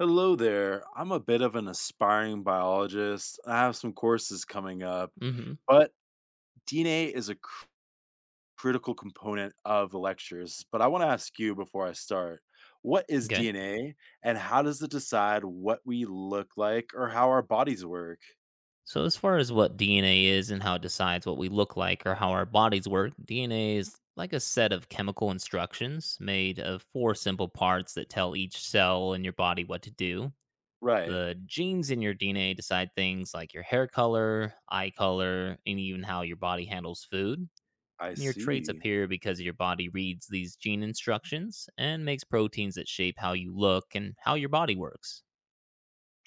Hello there. I'm a bit of an aspiring biologist. I have some courses coming up, Hmm. but DNA is a critical component of the lectures. But I want to ask you before I start, what is Okay. DNA and how does it decide what we look like or how our bodies work? So, as far as what DNA is and how it decides what we look like or how our bodies work, DNA is like a set of chemical instructions made of four simple parts that tell each cell in your body what to do. Right. The genes in your DNA decide things like your hair color, eye color, and even how your body handles food. I And your traits see. appear because your body reads these gene instructions and makes proteins that shape how you look and how your body works.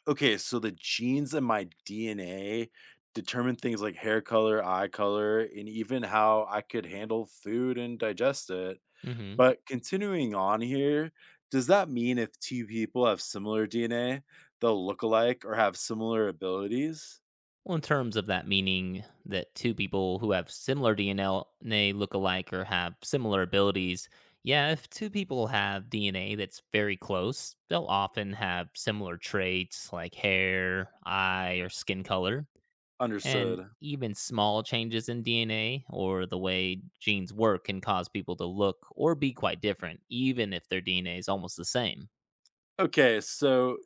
Okay. So the genes in my DNA determine things like hair color, eye color, and even how I could handle food and digest it. But continuing on here, does that mean if two people have similar DNA, they'll look alike or have similar abilities? Well, in terms of that meaning that two people who have similar DNA look alike or have similar abilities, yeah, if two people have DNA that's very close, they'll often have similar traits like hair, eye, or skin color. And Understood. even small changes in DNA or the way genes work can cause people to look or be quite different, even if their DNA is almost the same. Okay, so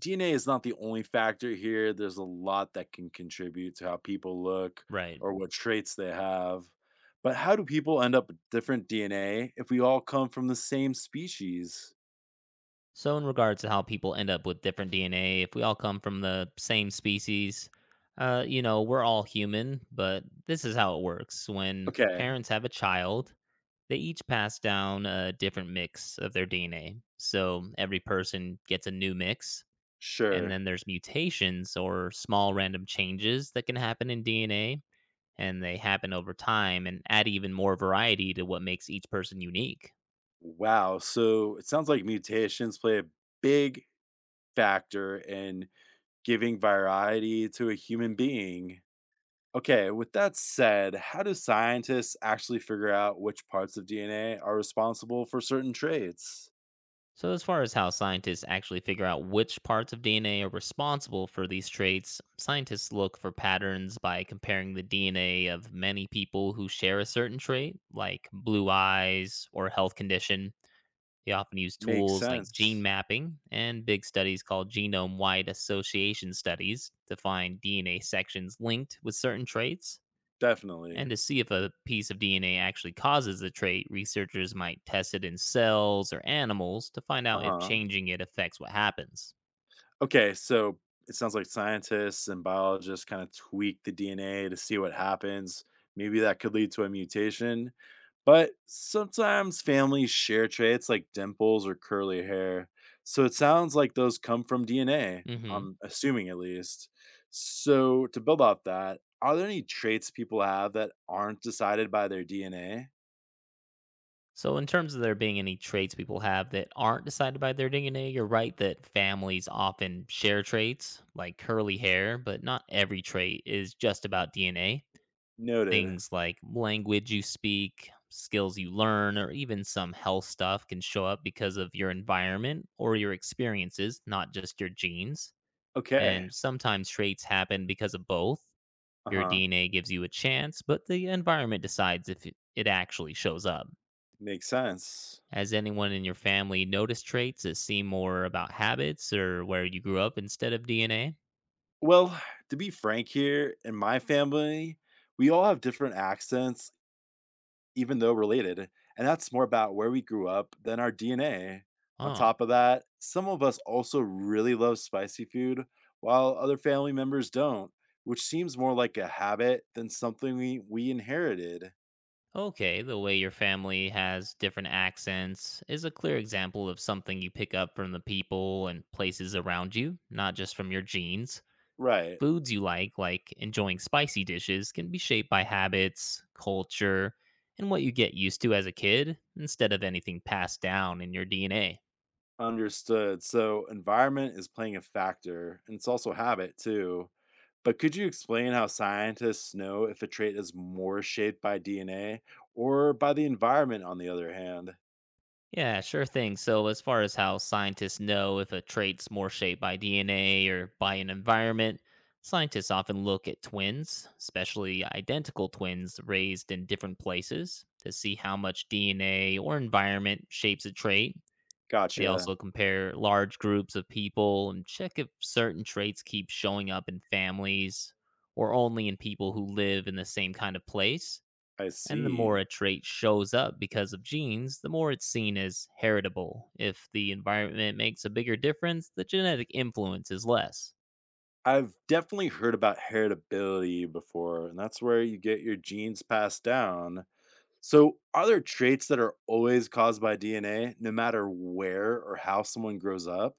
DNA is not the only factor here. There's a lot that can contribute to how people look Right. or what traits they have. But how do people end up with different DNA if we all come from the same species? So, in regards to how people end up with different DNA, if we all come from the same species, we're all human, but this is how it works. When Okay, parents have a child, they each pass down a different mix of their DNA. So, every person gets a new mix. And sure. then there's mutations or small random changes that can happen in DNA, and they happen over time and add even more variety to what makes each person unique. Wow. So it sounds like mutations play a big factor in giving variety to a human being. Okay, with that said, how do scientists actually figure out which parts of DNA are responsible for certain traits? So, as far as how scientists actually figure out which parts of DNA are responsible for these traits, scientists look for patterns by comparing the DNA of many people who share a certain trait, like blue eyes or health condition. They often use Makes tools like gene sense. mapping and big studies called genome wide association studies to find DNA sections linked with certain traits. And Definitely. to see if a piece of DNA actually causes the trait, researchers might test it in cells or animals to find Uh out if huh. changing it affects what happens. Okay, so it sounds like scientists and biologists kind of tweak the DNA to see what happens. Maybe that could lead to a mutation. But sometimes families share traits like dimples or curly hair. So it sounds like those come from DNA, Hmm. I'm assuming at least. So to build off that, are there any traits people have that aren't decided by their DNA? So, in terms of there being any traits people have that aren't decided by their DNA, you're right that families often share traits, like curly hair, but not every trait is just about DNA. Noted. Things like language you speak, skills you learn, or even some health stuff can show up because of your environment or your experiences, not just your genes. Okay. And sometimes traits happen because of both. Uh Your huh. DNA gives you a chance, but the environment decides if it actually shows up. Makes sense. Has anyone in your family noticed traits that seem more about habits or where you grew up instead of DNA? Well, to be frank here, in my family, we all have different accents, even though related, and that's more about where we grew up than our DNA. On Oh, top of that, some of us also really love spicy food, while other family members don't, which seems more like a habit than something we inherited. okay. The way your family has different accents is a clear example of something you pick up from the people and places around you, not just from your genes. Right, Foods you like enjoying spicy dishes, can be shaped by habits, culture, and what you get used to as a kid instead of anything passed down in your DNA. understood. So, environment is playing a factor, and it's also habit too. But could you explain how scientists know if a trait is more shaped by DNA or by the environment, on the other hand? Yeah, sure thing. So, as far as how scientists know if a trait's more shaped by DNA or by an environment, scientists often look at twins, especially identical twins raised in different places, to see how much DNA or environment shapes a trait. They Gotcha. also compare large groups of people and check if certain traits keep showing up in families or only in people who live in the same kind of place. I And the more see. a trait shows up because of genes, the more it's seen as heritable. If the environment makes a bigger difference, the genetic influence is less. I've definitely heard about heritability before, and that's where you get your genes passed down. So, are there traits that are always caused by DNA, no matter where or how someone grows up?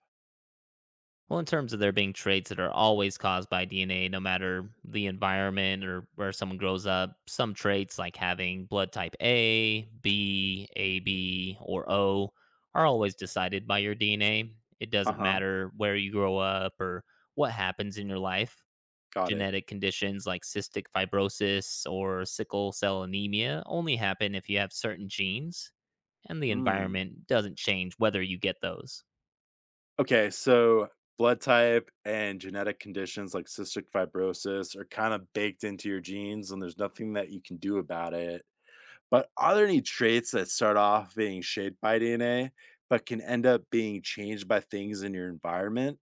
Well, in terms of there being traits that are always caused by DNA, no matter the environment or where someone grows up, some traits like having blood type A, B, AB, or O are always decided by your DNA. It Uh doesn't huh. matter where you grow up or what happens in your life. Got it. Genetic conditions like cystic fibrosis or sickle cell anemia only happen if you have certain genes, and the Hmm. environment doesn't change whether you get those. Okay, so blood type and genetic conditions like cystic fibrosis are kind of baked into your genes, and there's nothing that you can do about it. But are there any traits that start off being shaped by DNA, but can end up being changed by things in your environment?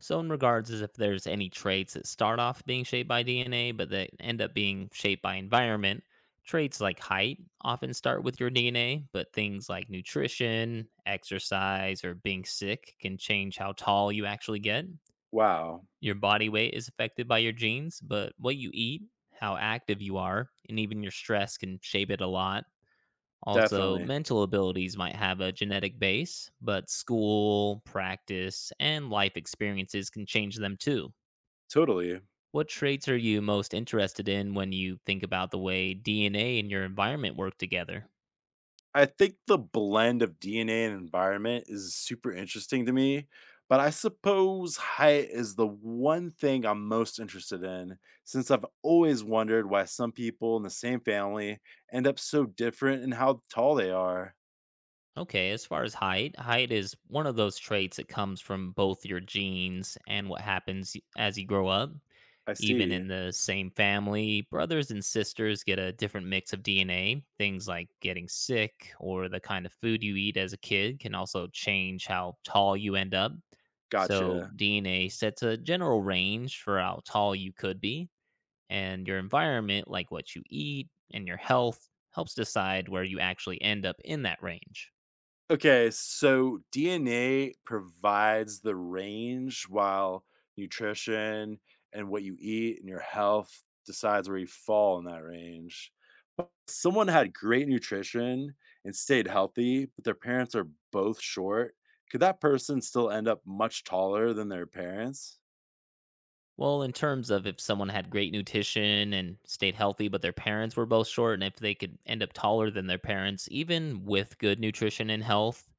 So, in regards as if there's any traits that start off being shaped by DNA, but that end up being shaped by environment, traits like height often start with your DNA, but things like nutrition, exercise, or being sick can change how tall you actually get. Wow, Your body weight is affected by your genes, but what you eat, how active you are, and even your stress can shape it a lot. Also, definitely. mental abilities might have a genetic base, but school, practice, and life experiences can change them too. Totally. What traits are you most interested in when you think about the way DNA and your environment work together? I think the blend of DNA and environment is super interesting to me, but I suppose height is the one thing I'm most interested in since I've always wondered why some people in the same family end up so different in how tall they are. Okay, as far as height, height is one of those traits that comes from both your genes and what happens as you grow up. I Even see. in the same family, brothers and sisters get a different mix of DNA. Things like getting sick or the kind of food you eat as a kid can also change how tall you end up. So, Gotcha. DNA sets a general range for how tall you could be, and your environment, like what you eat and your health, helps decide where you actually end up in that range. Okay, so DNA provides the range while nutrition and what you eat and your health decides where you fall in that range. But someone had great nutrition and stayed healthy, but their parents are both short. Could that person still end up much taller than their parents? Well, in terms of if someone had great nutrition and stayed healthy, but their parents were both short, and if they could end up taller than their parents, even with good nutrition and health,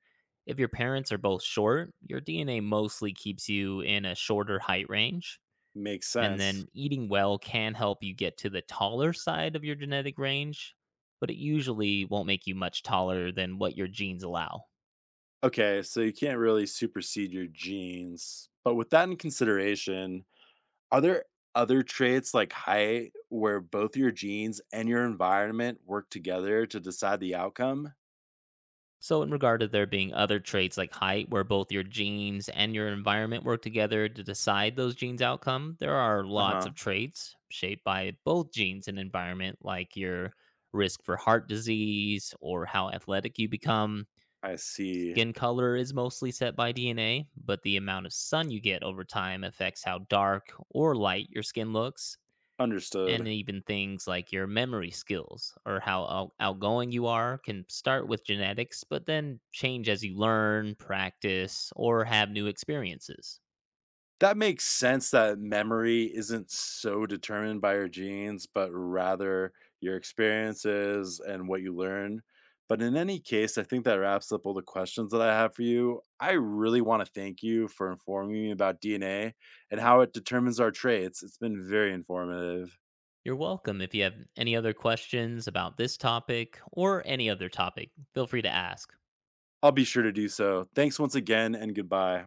if your parents are both short, your DNA mostly keeps you in a shorter height range. Makes And sense. then eating well can help you get to the taller side of your genetic range, but it usually won't make you much taller than what your genes allow. Okay, so you can't really supersede your genes. But with that in consideration, are there other traits like height where both your genes and your environment work together to decide the outcome? So, in regard to there being other traits like height, where both your genes and your environment work together to decide those genes' outcome, there are lots of Uh-huh. traits shaped by both genes and environment, like your risk for heart disease or how athletic you become. I see. Skin color is mostly set by DNA, but the amount of sun you get over time affects how dark or light your skin looks, and Understood. even things like your memory skills or how outgoing you are can start with genetics, but then change as you learn, practice, or have new experiences. That makes sense that memory isn't so determined by your genes, but rather your experiences and what you learn. But in any case, I think that wraps up all the questions that I have for you. I really want to thank you for informing me about DNA and how it determines our traits. It's been very informative. You're welcome. If you have any other questions about this topic or any other topic, feel free to ask. I'll be sure to do so. Thanks once again, and goodbye.